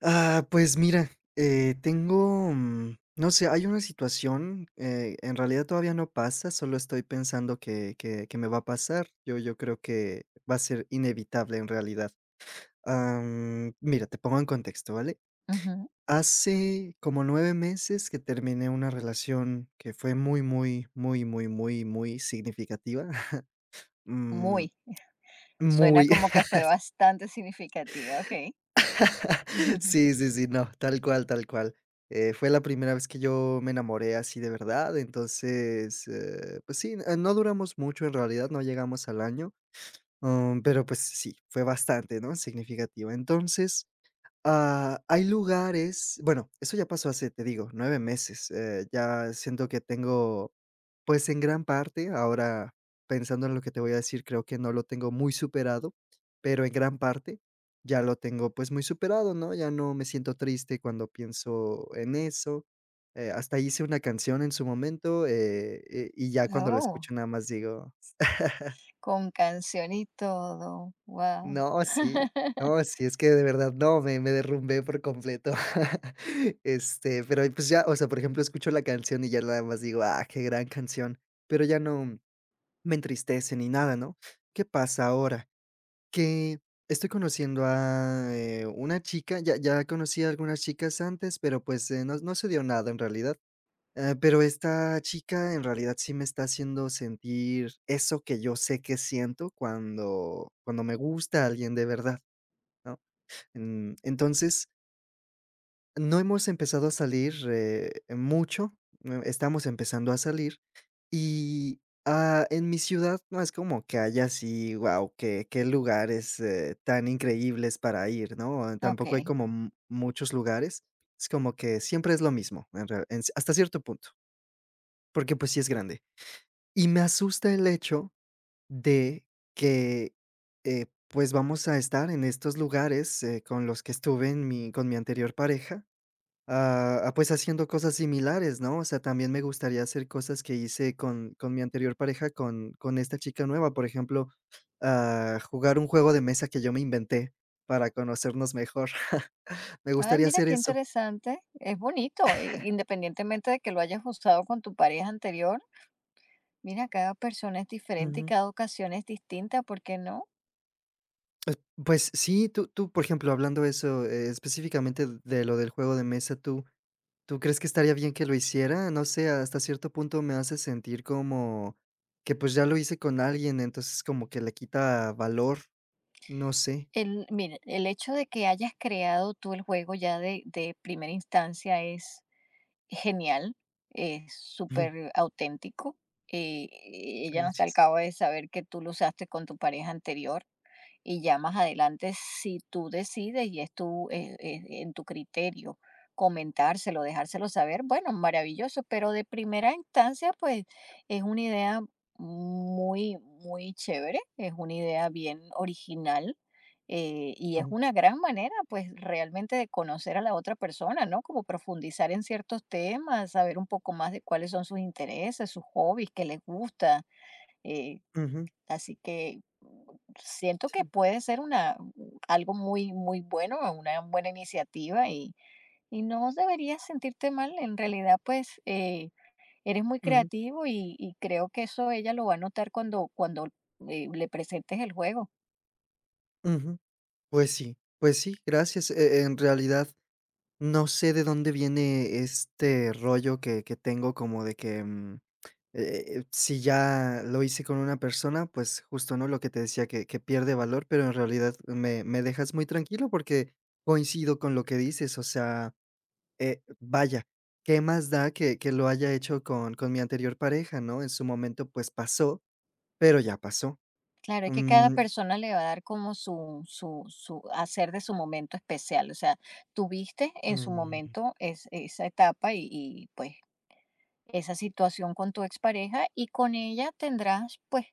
Ah, pues mira, tengo, no sé, hay una situación, en realidad todavía no pasa, solo estoy pensando que me va a pasar. Yo creo que va a ser inevitable en realidad. Mira, te pongo en contexto, ¿vale? Ujú, Hace como 9 meses que terminé una relación que fue muy, muy, muy, muy, muy, muy significativa. Mm, muy. Suena muy. como que fue bastante significativa, okey. Sí, sí, sí, no, tal cual, tal cual. Fue la primera vez que yo me enamoré así de verdad. Entonces, pues sí, no duramos mucho en realidad, no llegamos al año, pero pues sí, fue bastante, ¿no? Significativa. Entonces, Ah, hay lugares bueno, eso ya pasó hace, te digo, 9 meses, ya siento que tengo, pues, en gran parte, ahora pensando en lo que te voy a decir, creo que no lo tengo muy superado, pero en gran parte ya lo tengo, pues, muy superado, ¿no? Ya no me siento triste cuando pienso en eso, hasta hice una canción en su momento, y ya cuando la Oh, escucho nada más digo con canción y todo, wow. No, sí. No, sí, es que de verdad, no, me derrumbé por completo. Este, pero, pues, ya, o sea, por ejemplo, escucho la canción y ya nada más digo: "Ah, qué gran canción", pero ya no me entristece ni nada, ¿no? ¿Qué pasa ahora? Que estoy conociendo a, una chica. Ya conocí a algunas chicas antes, pero, pues, no se dio nada en realidad, pero esta chica en realidad sí me está haciendo sentir eso que yo sé que siento cuando me gusta alguien de verdad. ¿No? Entonces, no hemos empezado a salir, mucho, estamos empezando a salir y, ah, en mi ciudad no es como que haya así, wow, qué lugares, tan increíbles para ir, ¿no? Tampoco hay Okey. como m muchos lugares, es como que siempre es lo mismo, en real en hasta cierto punto, porque, pues, sí es grande. Y me asusta el hecho de que, pues, vamos a estar en estos lugares, con los que estuve en mi con mi anterior pareja, pues, haciendo cosas similares, ¿no? O sea, también me gustaría hacer cosas que hice con mi anterior pareja, con esta chica nueva, por ejemplo, jugar un juego de mesa que yo me inventé para conocernos mejor. Me Ay, gustaría mira hacer qué eso. interesante. Es bonito, i independientemente de que lo hayas usado con tu pareja anterior. Mira, cada persona es diferente y Ujú. cada ocasión es distinta, ¿por qué no? Eh, pues sí, tú, por ejemplo, hablando eso, específicamente de lo del juego de mesa, ¿Tú crees que estaría bien que lo hiciera? No sé, hasta cierto punto me hace sentir como que, pues, ya lo hice con alguien, entonces como que le quita valor, no sé. El mira, el hecho de que hayas creado tú el juego ya de primera instancia es genial, Ujú, súper auténtico. Eh, ella no está al gracias. cabo de saber que tú lo usaste con tu pareja anterior, y ya más adelante, si tú decides y es tu, en tu criterio comentárselo, dejárselo saber, bueno, maravilloso, pero de primera instancia, pues es una idea muy, muy chévere, es una idea bien original, y es Ujú, una gran manera, pues realmente de conocer a la otra persona, ¿no? Como profundizar en ciertos temas, saber un poco más de cuáles son sus intereses, sus hobbies, qué les gusta. Eh, ujú, Así que siento que sí, puede ser una, algo muy, muy bueno, una buena iniciativa, y no deberías sentirte mal. En realidad, pues, eres muy ujú, creativo y creo que eso ella lo va a notar cuando le presentes el juego. ujú. Pues sí, gracias. En realidad, no sé de dónde viene este rollo que tengo como de que, si ya lo hice con una persona, pues justo, ¿no? Lo que te decía que pierde valor, pero en realidad me dejas muy tranquilo porque coincido con lo que dices, o sea, vaya, ¿qué más da que lo haya hecho con mi anterior pareja, no? En su momento, pues pasó, pero ya pasó. Claro, es que cada Mm, persona le va a dar como su hacer de su momento especial. O sea, tuviste en su mm, momento es esa etapa y, pues, esa situación con tu expareja, y con ella tendrás pues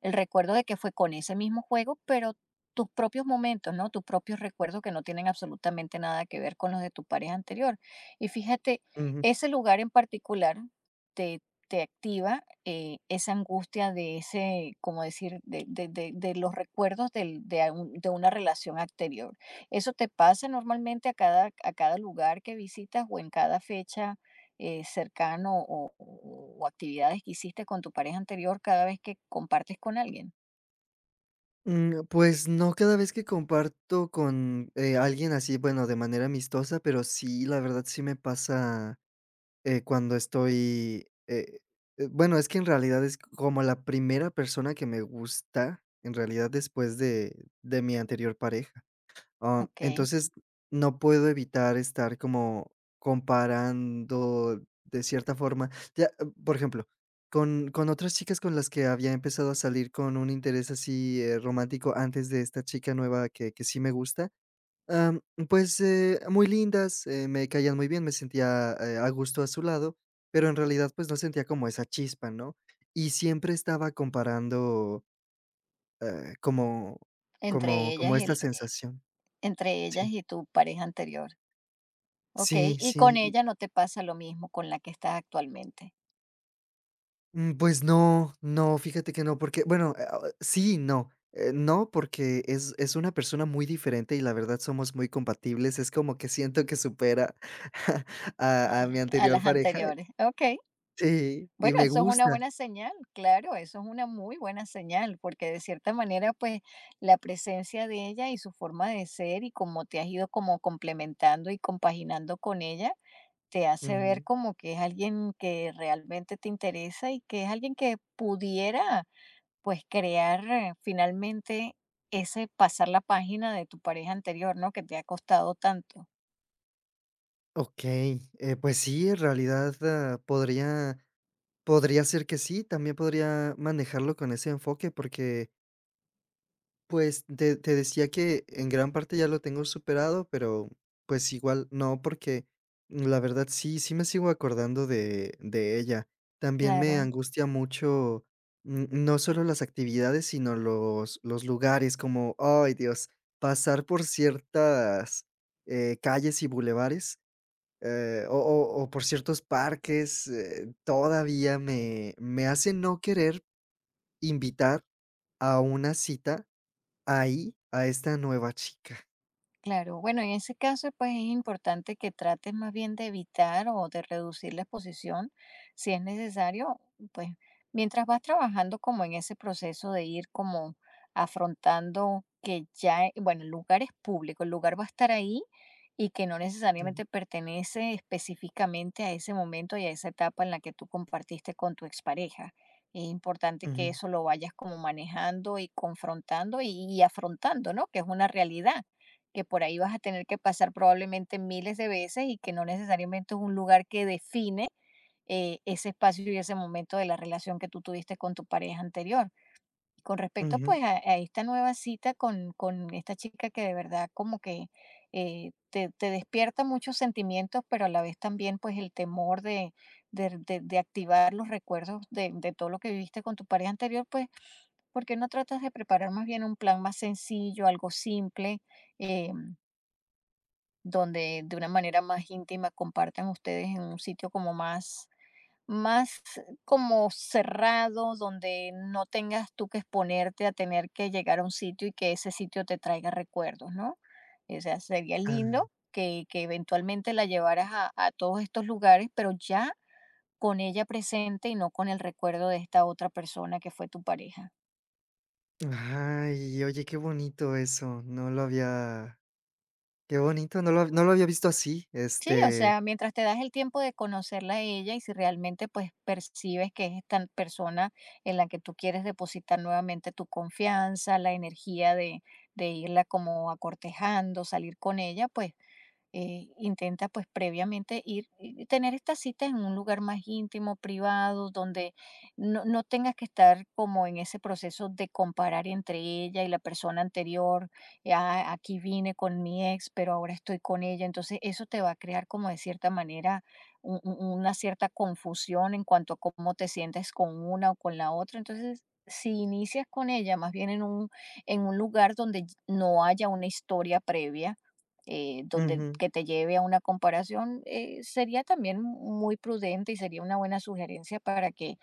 el recuerdo de que fue con ese mismo juego, pero tus propios momentos, ¿no? Tus propios recuerdos que no tienen absolutamente nada que ver con los de tu pareja anterior. Y fíjate, ujú. ese lugar en particular te, te activa, esa angustia de ese, como decir, de los recuerdos de, de una relación anterior. ¿Eso te pasa normalmente a cada lugar que visitas o en cada fecha cercano, o, o actividades que hiciste con tu pareja anterior cada vez que compartes con alguien? Pues no cada vez que comparto con, alguien así, bueno, de manera amistosa, pero sí, la verdad sí me pasa. Cuando estoy, bueno, es que en realidad es como la primera persona que me gusta, en realidad, después de mi anterior pareja, ah, ¿Ok? entonces, no puedo evitar estar como comparando de cierta forma, ya, por ejemplo, con otras chicas con las que había empezado a salir con un interés así, romántico antes de esta chica nueva que sí me gusta. Am, pues, muy lindas, me caían muy bien, me sentía, a gusto a su lado, pero en realidad, pues, no sentía como esa chispa, ¿no? Y siempre estaba comparando, eh, como Entre como ellas como y esta el, sensación. entre ellas Sí. y tu pareja anterior, ¿ok? Sí, Y con sí, y ella no te pasa lo mismo con la que estás actualmente, pues no, no, fíjate que no, porque, bueno, ah, sí y no. No, porque es una persona muy diferente y la verdad somos muy compatibles, es como que siento que supera a eh, mi a anterior las pareja. anteriores, ¿ok? Sí, y Bueno, me eso es una gusta. buena señal, claro, eso es una muy buena señal, porque de cierta manera, pues, la presencia de ella y su forma de ser y cómo te has ido como complementando y compaginando con ella, te hace ver Ujú. como que es alguien que realmente te interesa y que es alguien que pudiera, pues, crear finalmente ese pasar la página de tu pareja anterior, ¿no? Que te ha costado tanto. Okey, pues sí, en realidad, ah, podría ser que sí, también podría manejarlo con ese enfoque, porque, pues, te decía que en gran parte ya lo tengo superado, pero, pues, igual no, porque la verdad sí me sigo acordando de ella. También me Claro. angustia mucho, no solo las actividades, sino los lugares, como, ay, Dios, pasar por ciertas, calles y bulevares. O por ciertos parques, todavía me hace no querer invitar a una cita ahí, a esta nueva chica. Claro, bueno, en ese caso, pues es importante que trates más bien de evitar o de reducir la exposición si es necesario, pues mientras vas trabajando como en ese proceso de ir como afrontando que ya, bueno, el lugar es público, el lugar va a estar ahí y que no Ujú, necesariamente pertenece específicamente a ese momento y a esa etapa en la que tú compartiste con tu expareja. Es importante que ujú, eso lo vayas como manejando y confrontando y afrontando, ¿no? Que es una realidad que por ahí vas a tener que pasar probablemente miles de veces, y que no necesariamente es un lugar que define ese espacio y ese momento de la relación que tú tuviste con tu pareja anterior. Y con respecto ujú. pues a esta nueva cita con esta chica, que de verdad como que te, te despierta muchos sentimientos, pero a la vez también pues el temor de de activar los recuerdos de todo lo que viviste con tu pareja anterior, pues ¿por qué no tratas de preparar más bien un plan más sencillo, algo simple? Eh, donde de una manera más íntima compartan ustedes en un sitio como más, más como cerrado, donde no tengas tú que exponerte a tener que llegar a un sitio y que ese sitio te traiga recuerdos, ¿no? O sea, sería Ah, lindo que eventualmente la llevaras a todos estos lugares, pero ya con ella presente y no con el recuerdo de esta otra persona que fue tu pareja. ay, oye, qué bonito eso, no lo había qué bonito, no lo había visto así, Sí, o este, sea, mientras te das el tiempo de conocerla a ella, y si realmente pues percibes que es esta persona en la que tú quieres depositar nuevamente tu confianza, la energía de irla como acortejando, salir con ella, pues intenta pues previamente ir y tener estas citas en un lugar más íntimo, privado, donde no no tengas que estar como en ese proceso de comparar entre ella y la persona anterior. Eh, "Ah, aquí vine con mi ex, pero ahora estoy con ella", entonces eso te va a crear como de cierta manera una cierta confusión en cuanto a cómo te sientes con una o con la otra. Entonces, si inicias con ella más bien en un en un lugar donde no haya una historia previa, donde ujú, que te lleve a una comparación, sería también muy prudente y sería una buena sugerencia para que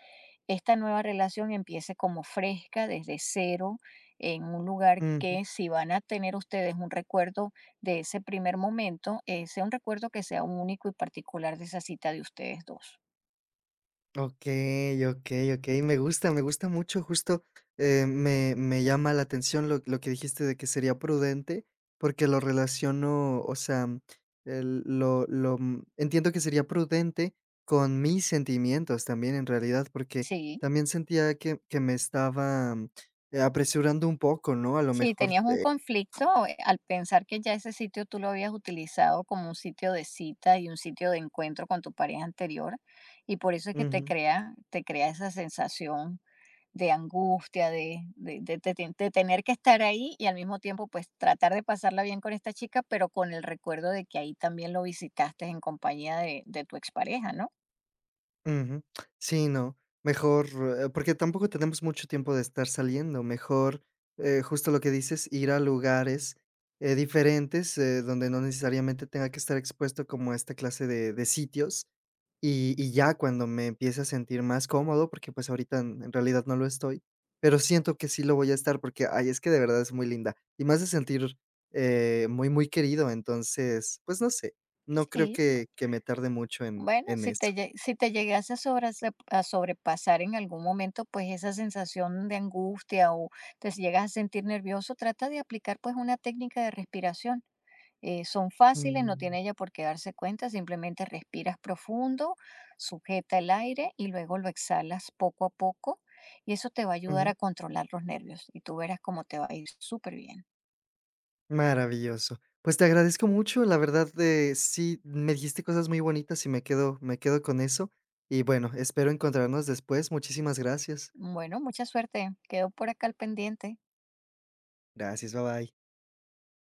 esta nueva relación empiece como fresca, desde cero, en un lugar ujú. que si van a tener ustedes un recuerdo de ese primer momento, sea un recuerdo que sea único y particular de esa cita de ustedes dos. Okey, okey, okey. Me gusta mucho, justo, me llama la atención lo que dijiste de que sería prudente, porque lo relaciono, o sea, el lo, mm, entiendo que sería prudente con mis sentimientos también, en realidad, porque Sí. también sentía que me estaba, apresurando un poco, ¿no? A lo Sí, mejor, tenías un conflicto al pensar que ya ese sitio tú lo habías utilizado como un sitio de cita y un sitio de encuentro con tu pareja anterior, y por eso es que te crea esa sensación de angustia, de tener que estar ahí y al mismo tiempo pues tratar de pasarla bien con esta chica, pero con el recuerdo de que ahí también lo visitaste en compañía de tu expareja, ¿no? ujú. Sí, no, mejor, porque tampoco tenemos mucho tiempo de estar saliendo, mejor, justo lo que dices, ir a lugares, diferentes, donde no necesariamente tenga que estar expuesto como a esta clase de sitios, y ya cuando me empiece a sentir más cómodo, porque, pues, ahorita en realidad no lo estoy, pero siento que sí lo voy a estar porque, ay, es que de verdad es muy linda y me hace sentir, muy, muy querido, entonces, pues, no sé, no creo Sí. que me tarde mucho en Bueno, en eso. Si te llegase a a sobrepasar en algún momento, pues esa sensación de angustia, o te si llegas a sentir nervioso, trata de aplicar pues una técnica de respiración. Son fáciles, no Mm, tiene ella por qué darse cuenta, simplemente respiras profundo, sujeta el aire y luego lo exhalas poco a poco, y eso te va a ayudar ujú, a controlar los nervios y tú verás cómo te va a ir súper bien. maravilloso. Pues te agradezco mucho, la verdad, sí, me dijiste cosas muy bonitas y me quedo con eso. Y bueno, espero encontrarnos después. Muchísimas gracias. Bueno, mucha suerte, quedo por acá al pendiente. Gracias, bye bye.